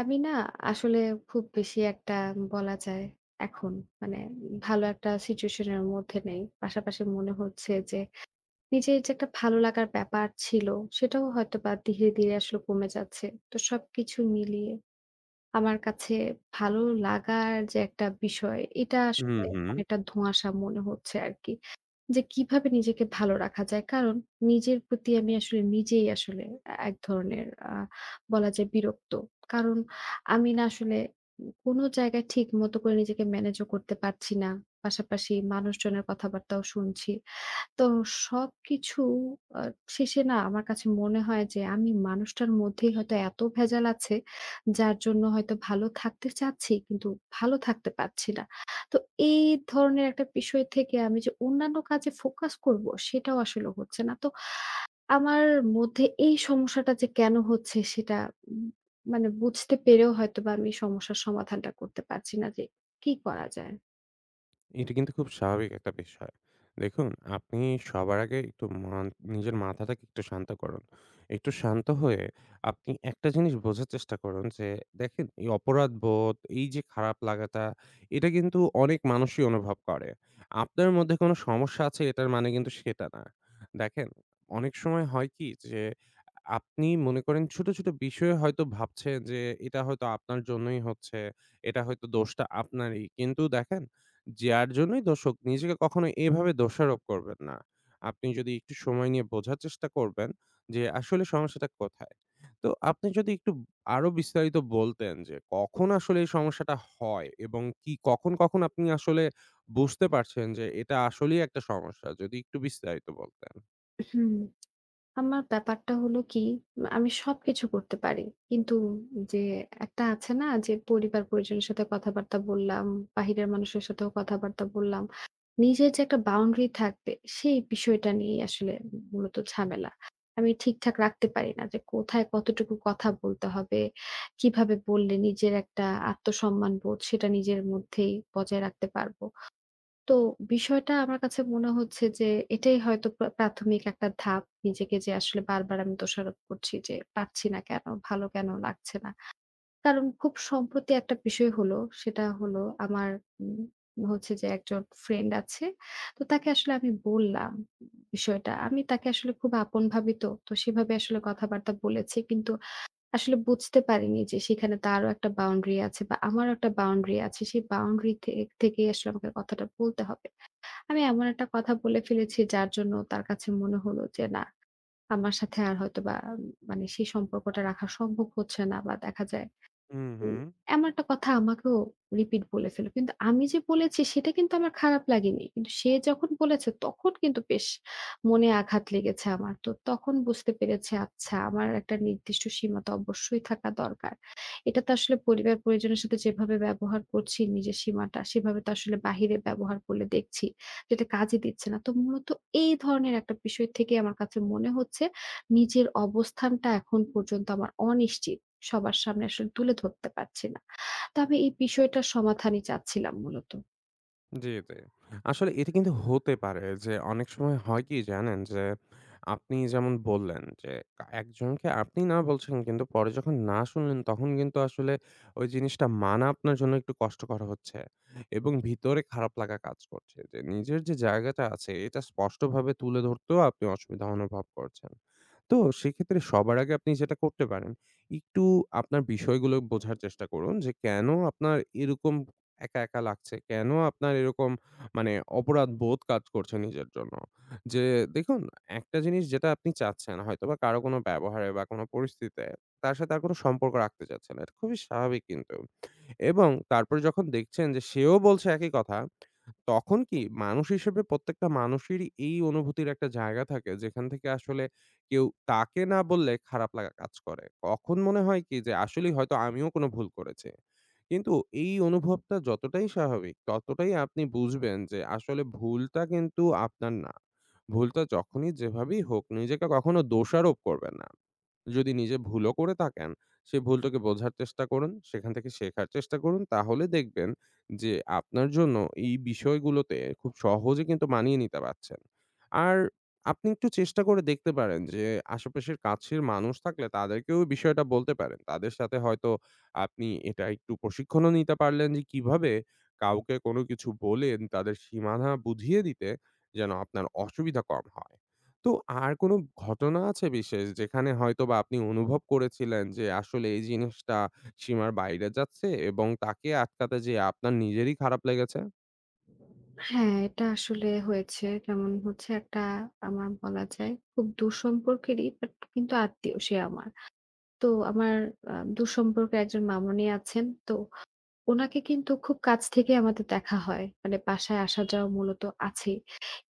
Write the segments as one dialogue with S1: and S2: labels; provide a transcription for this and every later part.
S1: আমি না আসলে খুব বেশি একটা বলা যায় এখন মানে ভালো একটা সিচুয়েশন এর মধ্যে নেই। পাশাপাশি মনে হচ্ছে যে নিজের যে একটা ভালো লাগার ব্যাপার ছিল সেটাও হয়তোবা ধীরে, ধীরে আসলে কমে যাচ্ছে। তো সবকিছু মিলিয়ে আমার কাছে ভালো লাগার যে একটা বিষয় এটা
S2: হুম,
S1: আসলে
S2: হুম।
S1: অনেকটা ধোঁয়াশা মনে হচ্ছে আরকি। যে কিভাবে নিজেকে ভালো রাখা যায়। কারণ নিজের প্রতি আমি আসলে নিজেই আসলে এক ধরনের বলা যায় বিরক্ত। কারণ আমি না আসলে কোনো জায়গায় ঠিক মতো করে নিজেকে ম্যানেজও করতে পারছি না। পাশাপাশি মানুষজনের কথাবার্তাও শুনছি। তো সবকিছু আ শেষে না আমার কাছে মনে হয় যে আমি মানুষটার মধ্যেই হয়তো এত ভেজাল আছে, যার জন্য হয়তো ভালো থাকতে চাচ্ছি কিন্তু ভালো থাকতে পারছি না। তো এই ধরনের একটা বিষয় থেকে আমি যে অন্যান্য কাজে ফোকাস করব সেটাও আসলে হচ্ছে না। তো আমার মধ্যে এই সমস্যাটা যে কেন হচ্ছে সেটা উম মানে বুঝতে পেরেও হয়তোবা আমি সমস্যার সমাধানটা করতে পারছি না যে কি করা যায়?
S2: এটা কিন্তু খুব স্বাভাবিক একটা বিষয়। দেখুন, আপনি সবার আগে একটু নিজের মাথাটাকে একটু শান্ত করুন। একটু শান্ত হয়ে আপনি একটা জিনিস বোঝার চেষ্টা করুন যে, দেখেন এই অপরাধবোধ, এই যে খারাপ লাগাটা, এটা কিন্তু অনেক মানুষই অনুভব করে। আপনার মধ্যে কোনো সমস্যা আছে এটার মানে কিন্তু সেটা না। দেখেন, অনেক সময় হয় কি যে, আপনি মনে করেন ছোট, ছোট বিষয়ে হয়তো ভাবছেন যে, এটা হয়তো আপনার জন্যই হচ্ছে, এটা হয়তো দোষটা আপনারই। কিন্তু দেখেন যার জন্যই নিজেকে কখনো এভাবে দোষারোপ করবেন না। আপনি যদি একটু সময় নিয়ে বোঝার চেষ্টা করবেন যে আসলে সমস্যাটা কোথায়? তো আপনি যদি একটু আরো বিস্তারিত বলতেন যে কখন আসলে এই সমস্যাটা হয় এবং কি কখন, কখন আপনি আসলে বুঝতে পারছেন যে এটা আসলেই একটা সমস্যা? যদি একটু বিস্তারিত বলতেন।
S1: হুম। আমার ব্যাপারটা হলো কি, আমি সবকিছু করতে পারি। কিন্তু যে একটা আছে না যে পরিবার-পরিজনের সাথে কথাবার্তা বললাম, বাহিরের মানুষের সাথেও কথাবার্তা বললাম। নিজের যে একটা বাউন্ডারি থাকবে, সেই বিষয়টা নিয়েই আসলে মূলত ঝামেলা। আমি ঠিকঠাক রাখতে পারি না যে কোথায় কতটুকু কথা বলতে হবে, কিভাবে বললে নিজের একটা আত্মসম্মানবোধ সেটা নিজের মধ্যেই বজায় রাখতে পারব। তো বিষয়টা আমার কাছে মনে হচ্ছে যে এটাই হয়তো প্রাথমিক একটা ধাপ। নিজেকে যে আসলে বারবার আমি দোষারোপ করছি যে পারছি না কেন, ভালো কেন লাগছে না। কারণ খুব সম্প্রতি একটা বিষয় হলো, সেটা হলো আমার উম হচ্ছে যে একজন ফ্রেন্ড আছে। তো তাকে আসলে আমি বললাম বিষয়টা। আমি তাকে আসলে খুব আপন ভাবি তো। তো সেভাবে আসলে কথাবার্তা বলেছি। কিন্তু আসলে বুঝতে পারিনি যে সেখানে তারও একটা বাউন্ডারি আছে বা আমারও একটা বাউন্ডারি আছে। সেই বাউন্ডারি থেকেই আসলে আমাকে কথাটা বলতে হবে। আমি এমন একটা কথা বলে ফেলেছি যার জন্য তার কাছে মনে হলো যে না, আমার সাথে আর হয়তোবা মানে সেই সম্পর্কটা রাখা সম্ভব হচ্ছে না বা দেখা যায়
S2: হুম,
S1: উম
S2: হুম।
S1: এমন একটা কথা আমাকেও রিপিট বলেছিল। কিন্তু আমি যে বলেছি সেটা কিন্তু আমার খারাপ লাগেনি। কিন্তু সে যখন বলেছে তখন কিন্তু বেশ মনে আঘাত লেগেছে আমার। তো তখন বুঝতে পেরেছি আচ্ছা আমার একটা নির্দিষ্ট সীমা তো অবশ্যই থাকা দরকার। এটা তো আসলে পরিবার পরিজনের সাথে যেভাবে ব্যবহার করছি নিজের সীমাটা সেভাবে তো আসলে বাহিরে ব্যবহার করলে দেখছি যেটা কাজে দিচ্ছে না। তো মূলত এই ধরনের একটা বিষয় থেকে আমার কাছে মনে হচ্ছে নিজের অবস্থানটা এখন পর্যন্ত আমার অনিশ্চিত। সবার সামনে আসলে তুলে ধরতে পারছি না। তো আমি এই বিষয়টার সমাধানই চাচ্ছিলাম মূলত।
S2: জি, জি। আসলে এটা কিন্তু হতে পারে যে অনেক সময় হয় কি জানেন? যে আপনি যেমন বললেন যে একজনকে আপনি না বলছেন কিন্তু পরে যখন না শুনলেন তখন কিন্তু আসলে ওই জিনিসটা মানা আপনার জন্য একটু কষ্টকর হচ্ছে এবং ভিতরে খারাপ লাগা কাজ করছে। যে নিজের যে জায়গাটা আছে এটা স্পষ্টভাবে তুলে ধরতেও আপনি অসুবিধা অনুভব করছেন। তো সেক্ষেত্রে সবার আগে আপনি যেটা করতে পারেন, একটু আপনার বিষয়গুলো বোঝার চেষ্টা করুন যে কেন আপনার এরকম একা, একা লাগছে। কেন আপনার এরকম মানে অপরাধবোধ কাজ করছে নিজের জন্য? যে দেখুন, একটা জিনিস যেটা আপনি চাচ্ছেন হয়তোবা কারো কোনো ব্যবহারে বা কোনো পরিস্থিতিতে তার সাথে আর কোনো সম্পর্ক রাখতে চাচ্ছে না। এটা খুবই স্বাভাবিক কিন্তু। এবং তারপরে যখন দেখছেন যে সেও বলছে একই কথা, তখন কি মানুষ হিসেবে প্রত্যেকটা মানুষেরই এই অনুভূতির একটা জায়গা থাকে যেখান থেকে আসলে কেউ তাকে না বললে খারাপ লাগা কাজ করে। কখন মনে হয় কি যে আসলেই হয়তো আমিও কোনো ভুল করেছি। কিন্তু এই অনুভবটা যতটাই স্বাভাবিক, ততটাই আপনি বুঝবেন যে আসলে ভুলটা কিন্তু আপনার না। ভুলটা যখনই যেভাবেই হোক, নিজেকে কখনো দোষারোপ করবেন না। যদি নিজে ভুলও করে থাকেন, সেই ভুলটাকে বোঝার চেষ্টা করুন। সেখান থেকে শেখার চেষ্টা করুন। তাহলে দেখবেন যে আপনার জন্য এই বিষয়গুলোতে খুব সহজে কিন্তু মানিয়ে নিতে পারছেন। আর আপনি একটু চেষ্টা করে দেখতে পারেন যে আশেপাশের কাছের মানুষ থাকলে তাদেরকেও এই বিষয়টা বলতে পারেন। তাদের সাথে হয়তো আপনি এটা একটু প্রশিক্ষণও নিতে পারলেন যে কিভাবে কাউকে কোনো কিছু বলে তাদের সীমানা বুঝিয়ে দিতে যেন আপনার অসুবিধা কম হয়। তো আর কোনো ঘটনা আছে বিশেষ যেখানে হয়তোবা আপনি অনুভব করেছিলেন যে আসলে এই জিনিসটা সীমার বাইরে যাচ্ছে এবং তাকে আটকাতে যেয়ে আপনার নিজেরই খারাপ লেগেছে?
S1: হ্যাঁ, এটা আসলে হয়েছে। যেমন হচ্ছে একটা আমার বলা যায় খুব দূরসম্পর্কেরই বাট কিন্তু আত্মীয় সে আমার। তো আমার দূরসম্পর্কের একজন মামুনি আছেন। তো উনাকে কিন্তু খুব কাছ থেকে আমাদের দেখা হয়। মানে বাসায় আসা যাওয়া মূলত আছেই।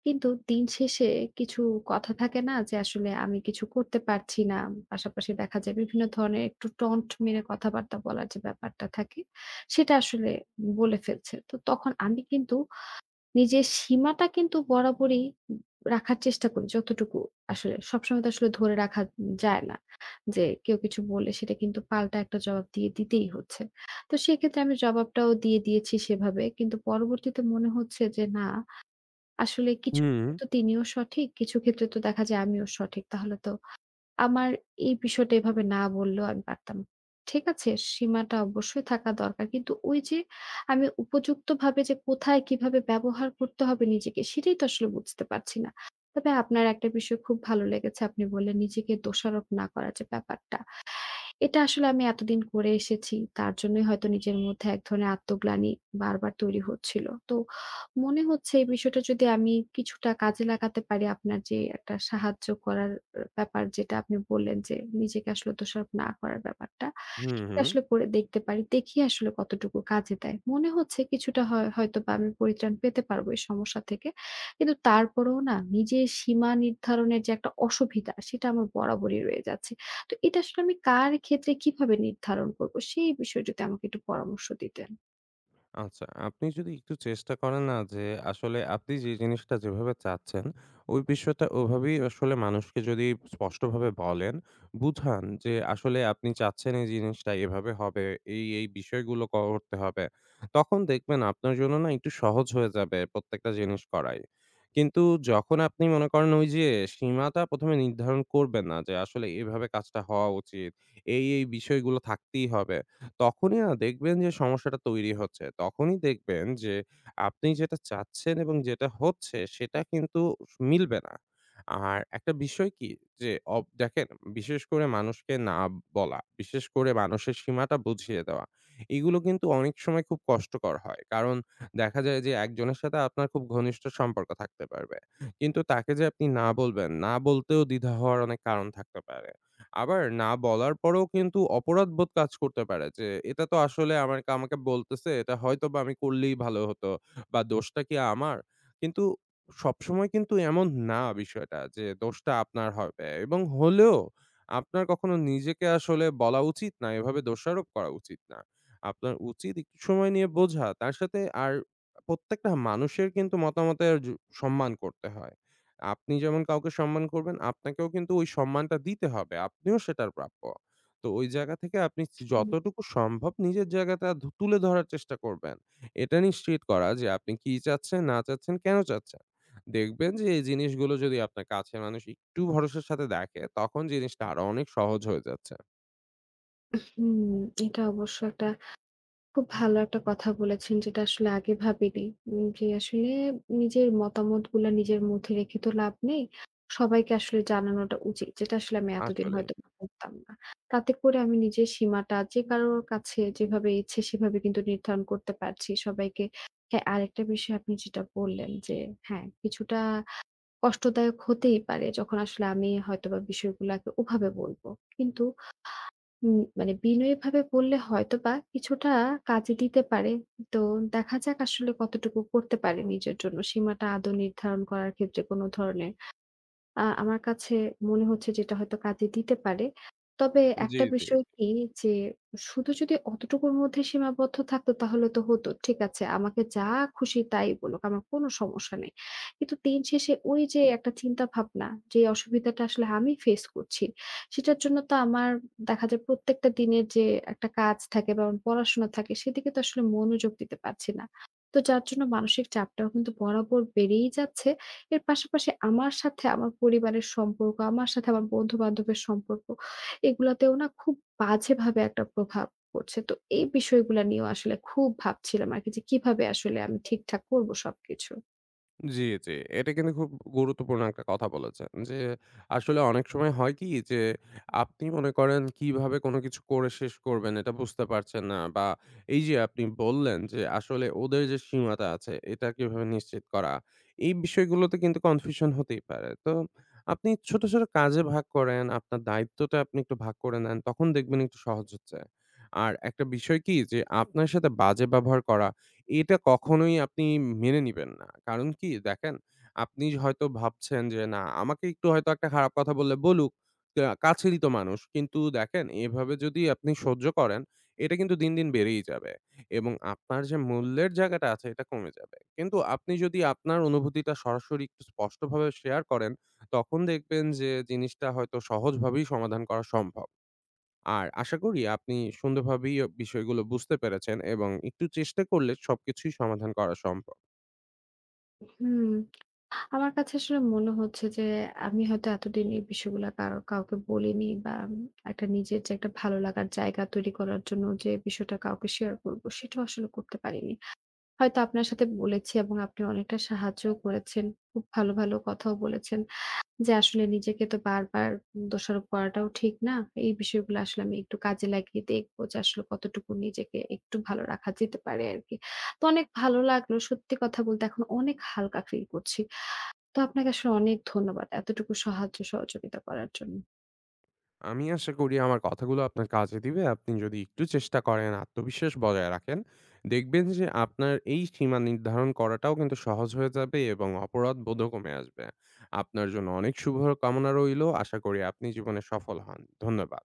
S1: কিন্তু দিন শেষে কিছু কথা থাকে না যে আসলে আমি কিছু করতে পারছি না। পাশাপাশি দেখা যায় বিভিন্ন ধরনের একটু টন্ট মেরে কথাবার্তা বলার যে ব্যাপারটা থাকে, সেটা আসলে বলে ফেলছে। তো তখন আমি কিন্তু নিজের সীমাটা কিন্তু বরাবরই উ রাখার চেষ্টা করি যতটুকু আসলে। সবসময় তো আসলে ধরে রাখা যায় না। যে কেউ কিছু বললে সেটা কিন্তু পাল্টা একটা জবাব দিয়ে দিতেই হচ্ছে। তো সেক্ষেত্রে আমি জবাবটাও দিয়ে দিয়েছি সেভাবে। কিন্তু পরবর্তীতে মনে হচ্ছে যে না আসলে কিছু
S2: হুম,
S1: ক্ষেত্রে তো তিনিও সঠিক, কিছু ক্ষেত্রে তো দেখা যায় আমিও সঠিক। তাহলে তো আমার এই বিষয়টা এভাবে না বললেও আমি পারতাম। ঠিক আছে, সীমাটা অবশ্যই থাকা দরকার। কিন্তু ওই যে আমি উপযুক্তভাবে যে কোথায় কিভাবে ব্যবহার করতে হবে নিজেকে সেটাই তো আসলে বুঝতে পারছি না। তবে আপনার একটা বিষয় খুব ভালো লেগেছে। আপনি বললেন নিজেকে দোষারোপ না করার যে ব্যাপারটা। এটা আসলে আমি এতদিন করে এসেছি। তার জন্যই হয়তো নিজের মধ্যে এক ধরনের আত্মগ্লানি বারবার তৈরি হচ্ছিল। তো মনে হচ্ছে এই বিষয়টা যদি আমি কিছুটা কাজে লাগাতে পারি আপনার যে একটা সাহায্য করার ব্যাপার যেটা আপনি বললেন যে নিজেকে আসলে দোষারোপ না করার ব্যাপারটা।
S2: হুম,
S1: এটা
S2: হুম।
S1: আসলে করে দেখতে পারি। দেখি আসলে কতটুকু কাজে দেয়। মনে হচ্ছে কিছুটা হয় হয়তোবা আমি পরিত্রাণ পেতে পারবো এই সমস্যা থেকে। কিন্তু তারপরেও না নিজের সীমা নির্ধারণের যে একটা অসুবিধা সেটা আমার বরাবরই রয়ে যাচ্ছে। তো এটা আসলে আমি কার ক্ষেত্রে কিভাবে নির্ধারণ করব? সেই বিষয়ে যদি আমাকে একটু পরামর্শ দিতেন।
S2: আচ্ছা, আপনি যদি একটু চেষ্টা করেন না যে আসলে আপনি যে জিনিসটা যেভাবে চাচ্ছেন, ওই বিষয়টা ওভাবেই আসলে মানুষকে যদি স্পষ্টভাবে বলেন, বুঝান যে আসলে আপনি চাচ্ছেন এই জিনিসটা এভাবে হবে, এই, এই বিষয়গুলো করতে হবে। তখন দেখবেন আপনার জন্য না একটু সহজ হয়ে যাবে প্রত্যেকটা জিনিস করাই। কিন্তু যখন আপনি মনে করেন ওই যে সীমাটা ১ম এ নির্ধারণ করবেন না যে আসলে এভাবে কাজটা হওয়া উচিত। এই, এই বিষয়গুলো থাকতেই হবে। তখনই না দেখবেন যে সমস্যাটা তৈরি হচ্ছে। তখনই দেখবেন যে আপনি যেটা চাচ্ছেন এবং যেটা হচ্ছে সেটা কিন্তু মিলবে না। আর একটা বিষয় কি যে দেখেন বিশেষ করে মানুষকে না বলা, বিশেষ করে মানুষের সীমাটা বুঝিয়ে দেওয়া। এগুলো কিন্তু অনেক সময় খুব কষ্টকর হয়। কারণ দেখা যায় যে একজনের সাথে আপনার খুব ঘনিষ্ঠ সম্পর্ক থাকতে পারবে। কিন্তু তাকে যে আপনি না বলবেন, না বলতেও দ্বিধা হওয়ার অনেক কারণ থাকতে পারে। আবার না বলার পরেও কিন্তু অপরাধবোধ কাজ করতে পারে যে, এটা তো আসলে আমার আমাকে বলতেছে, এটা হয়তোবা আমি করলেই ভালো হতো বা দোষটা কি আমার? কিন্তু সবসময় কিন্তু এমন না বিষয়টা যে, দোষটা আপনার হবে এবং হলেও আপনার কখনো নিজেকে আসলে বলা উচিত না, এভাবে দোষারোপ করা উচিত না। আপনার উচিত একটু সময় নিয়ে বোঝা। তার সাথে আর প্রত্যেকটা মানুষের কিন্তু মতামতের সম্মান করতে হয়। আপনি যেমন কাউকে সম্মান করবেন, আপনাকেও কিন্তু ওই সম্মানটা দিতে হবে। আপনিও সেটার প্রাপ্য। তো ওই জায়গা থেকে আপনি
S1: হুম।
S2: যতটুকু সম্ভব নিজের জায়গাটা তুলে ধরার চেষ্টা করবেন। এটা নিশ্চিত করা যে আপনি কি চাচ্ছেন, না চাচ্ছেন, কেন চাচ্ছেন। দেখবেন যে এই জিনিসগুলো যদি আপনার কাছের মানুষ একটু ভরসার সাথে দেখে, তখন জিনিসটা আরো অনেক সহজ হয়ে যাচ্ছে।
S1: হুম, এটা অবশ্য একটা খুব ভালো একটা কথা বলেছেন যেটা আসলে আগে ভাবিনি। যে আসলে নিজের মতামতগুলা নিজের মধ্যে রেখে তো লাভ নেই। সবাইকে আসলে জানানোটা উচিত। যেটা আসলে আমি এতদিন
S2: আসলেই।
S1: হয়তো বা করতাম না। তাতে করে আমি নিজের সীমাটা যে কারোর কাছে যেভাবে ইচ্ছে সেভাবে কিন্তু নির্ধারণ করতে পারছি সবাইকে। হ্যাঁ, আরেকটা বিষয় আপনি যেটা বললেন যে হ্যাঁ, কিছুটা কষ্টদায়ক হতেই পারে যখন আসলে আমি হয়তোবা বিষয়গুলাকে ওভাবে বলব। কিন্তু মানে বিনয়ীভাবে বললে হয়তোবা কিছুটা কাজে দিতে পারে। তো দেখা যাক আসলে কতটুকু করতে পারি নিজের জন্য। সীমাটা আদৌ নির্ধারণ করার ক্ষেত্রে কোন ধরনের আমার কাছে মনে হচ্ছে যে এটা হয়তো কাজে দিতে পারে। তবে
S2: জি,
S1: একটা
S2: জি।
S1: বিষয় কি যে শুধু যদি অতটুকুর মধ্যে সীমাবদ্ধ থাকতো তাহলে তো হতো। ঠিক আছে আমাকে যা খুশি তাই বলুক, আমার কোনো সমস্যা নেই। কিন্তু দিন শেষে ওই যে একটা চিন্তা ভাবনা যে অসুবিধাটা আসলে আমি ফেস করছি, সেটার জন্য তো আমার দেখা যায় প্রত্যেকটা দিনের যে একটা কাজ থাকে বা আমার পড়াশোনা থাকে সেদিকে তো আসলে মনোযোগ দিতে পারছি না। তো যার জন্য মানসিক চাপটাও কিন্তু বরাবর বেড়েই যাচ্ছে। এর পাশাপাশি আমার সাথে আমার পরিবারের সম্পর্ক, আমার সাথে আমার বন্ধু-বান্ধবের সম্পর্ক, এগুলাতেও না খুব বাজেভাবে একটা প্রভাব পড়ছে। তো এই বিষয়গুলা নিয়েও আসলে খুব ভাবছিলাম আরকি যে কিভাবে আসলে আমি ঠিকঠাক করব সবকিছু।
S2: জি, জি। এটা কিন্তু খুব গুরুত্বপূর্ণ একটা কথা বলেছেন যে, আসলে অনেক সময় হয় কি যে, আপনি মনে করেন কিভাবে কোনো কিছু করে শেষ করবেন এটা বুঝতে পারছেন না বা এই যে আপনি বললেন যে, আসলে ওদের যে সীমাটা আছে এটা কিভাবে নিশ্চিত করা। এই বিষয়গুলোতে কিন্তু কনফিউশন হতেই পারে। তো আপনি ছোট, ছোট কাজে ভাগ করেন, আপনার দায়িত্বটা আপনি একটু ভাগ করে নেন। তখন দেখবেন একটু সহজ হচ্ছে। আর একটা বিষয় কি যে, আপনার সাথে বাজে ব্যবহার করা এটা কখনোই আপনি মেনে নিবেন না। কারণ কি? দেখেন, আপনি হয়তো ভাবছেন যে, "না, আমাকে একটু হয়তো একটা খারাপ কথা বললে বলুক। কাছেরই তো মানুষ।" কিন্তু দেখেন, এভাবে যদি আপনি সহ্য করেন, এটা কিন্তু দিন, দিন বেড়েই যাবে এবং আপনার যে মূল্যের জায়গাটা আছে, এটা কমে যাবে। কিন্তু আপনি যদি আপনার অনুভূতিটা সরাসরি একটু স্পষ্টভাবে শেয়ার করেন, তখন দেখবেন যে জিনিসটা হয়তো সহজভাবেই সমাধান করা সম্ভব। আর আশা করি আপনি সুন্দরভাবেই বিষয়গুলো বুঝতে পেরেছেন এবং একটু চেষ্টা করলে সবকিছুই সমাধান করা সম্ভব।
S1: হুম, আমার কাছে আসলে মনে হচ্ছে যে আমি হয়তো এতদিন এই বিষয়গুলা কারো কাউকে বলিনি বা একটা নিজের যে একটা ভালো লাগার জায়গা তৈরি করার জন্য যে বিষয়টা কাউকে শেয়ার করব, সেটাও আসলে করতে পারিনি। হয়তো আপনার সাথে বলেছি এবং আপনি অনেকটা সাহায্যও করেছেন। খুব ভালো, ভালো কথাও বলেছেন যে আসলে নিজেকে তো বারবার দোষারোপ করাটাও ঠিক না। এই বিষয়গুলো আসলে আমি একটু কাজে লাগিয়ে দেখব যে আসলে কতটুকু নিজেকে একটু ভালো রাখা যেতে পারে আরকি। তো অনেক ভালো লাগলো। সত্যি কথা বলতে এখন অনেক হালকা ফিল করছি। তো আপনাকে আসলে অনেক ধন্যবাদ এতটুকু সাহায্য সহযোগিতা করার জন্য।
S2: আমি আশা করি আমার কথাগুলো আপনার কাজে দিবে। আপনি যদি একটু চেষ্টা করেন, আত্মবিশ্বাস বজায় রাখেন, দেখবেন যে আপনার এই সীমা নির্ধারণ করাটাও কিন্তু সহজ হয়ে যাবে এবং অপরাধবোধও কমে আসবে। আপনার জন্য অনেক শুভকামনা রইলো। আশা করি আপনি জীবনে সফল হন। ধন্যবাদ।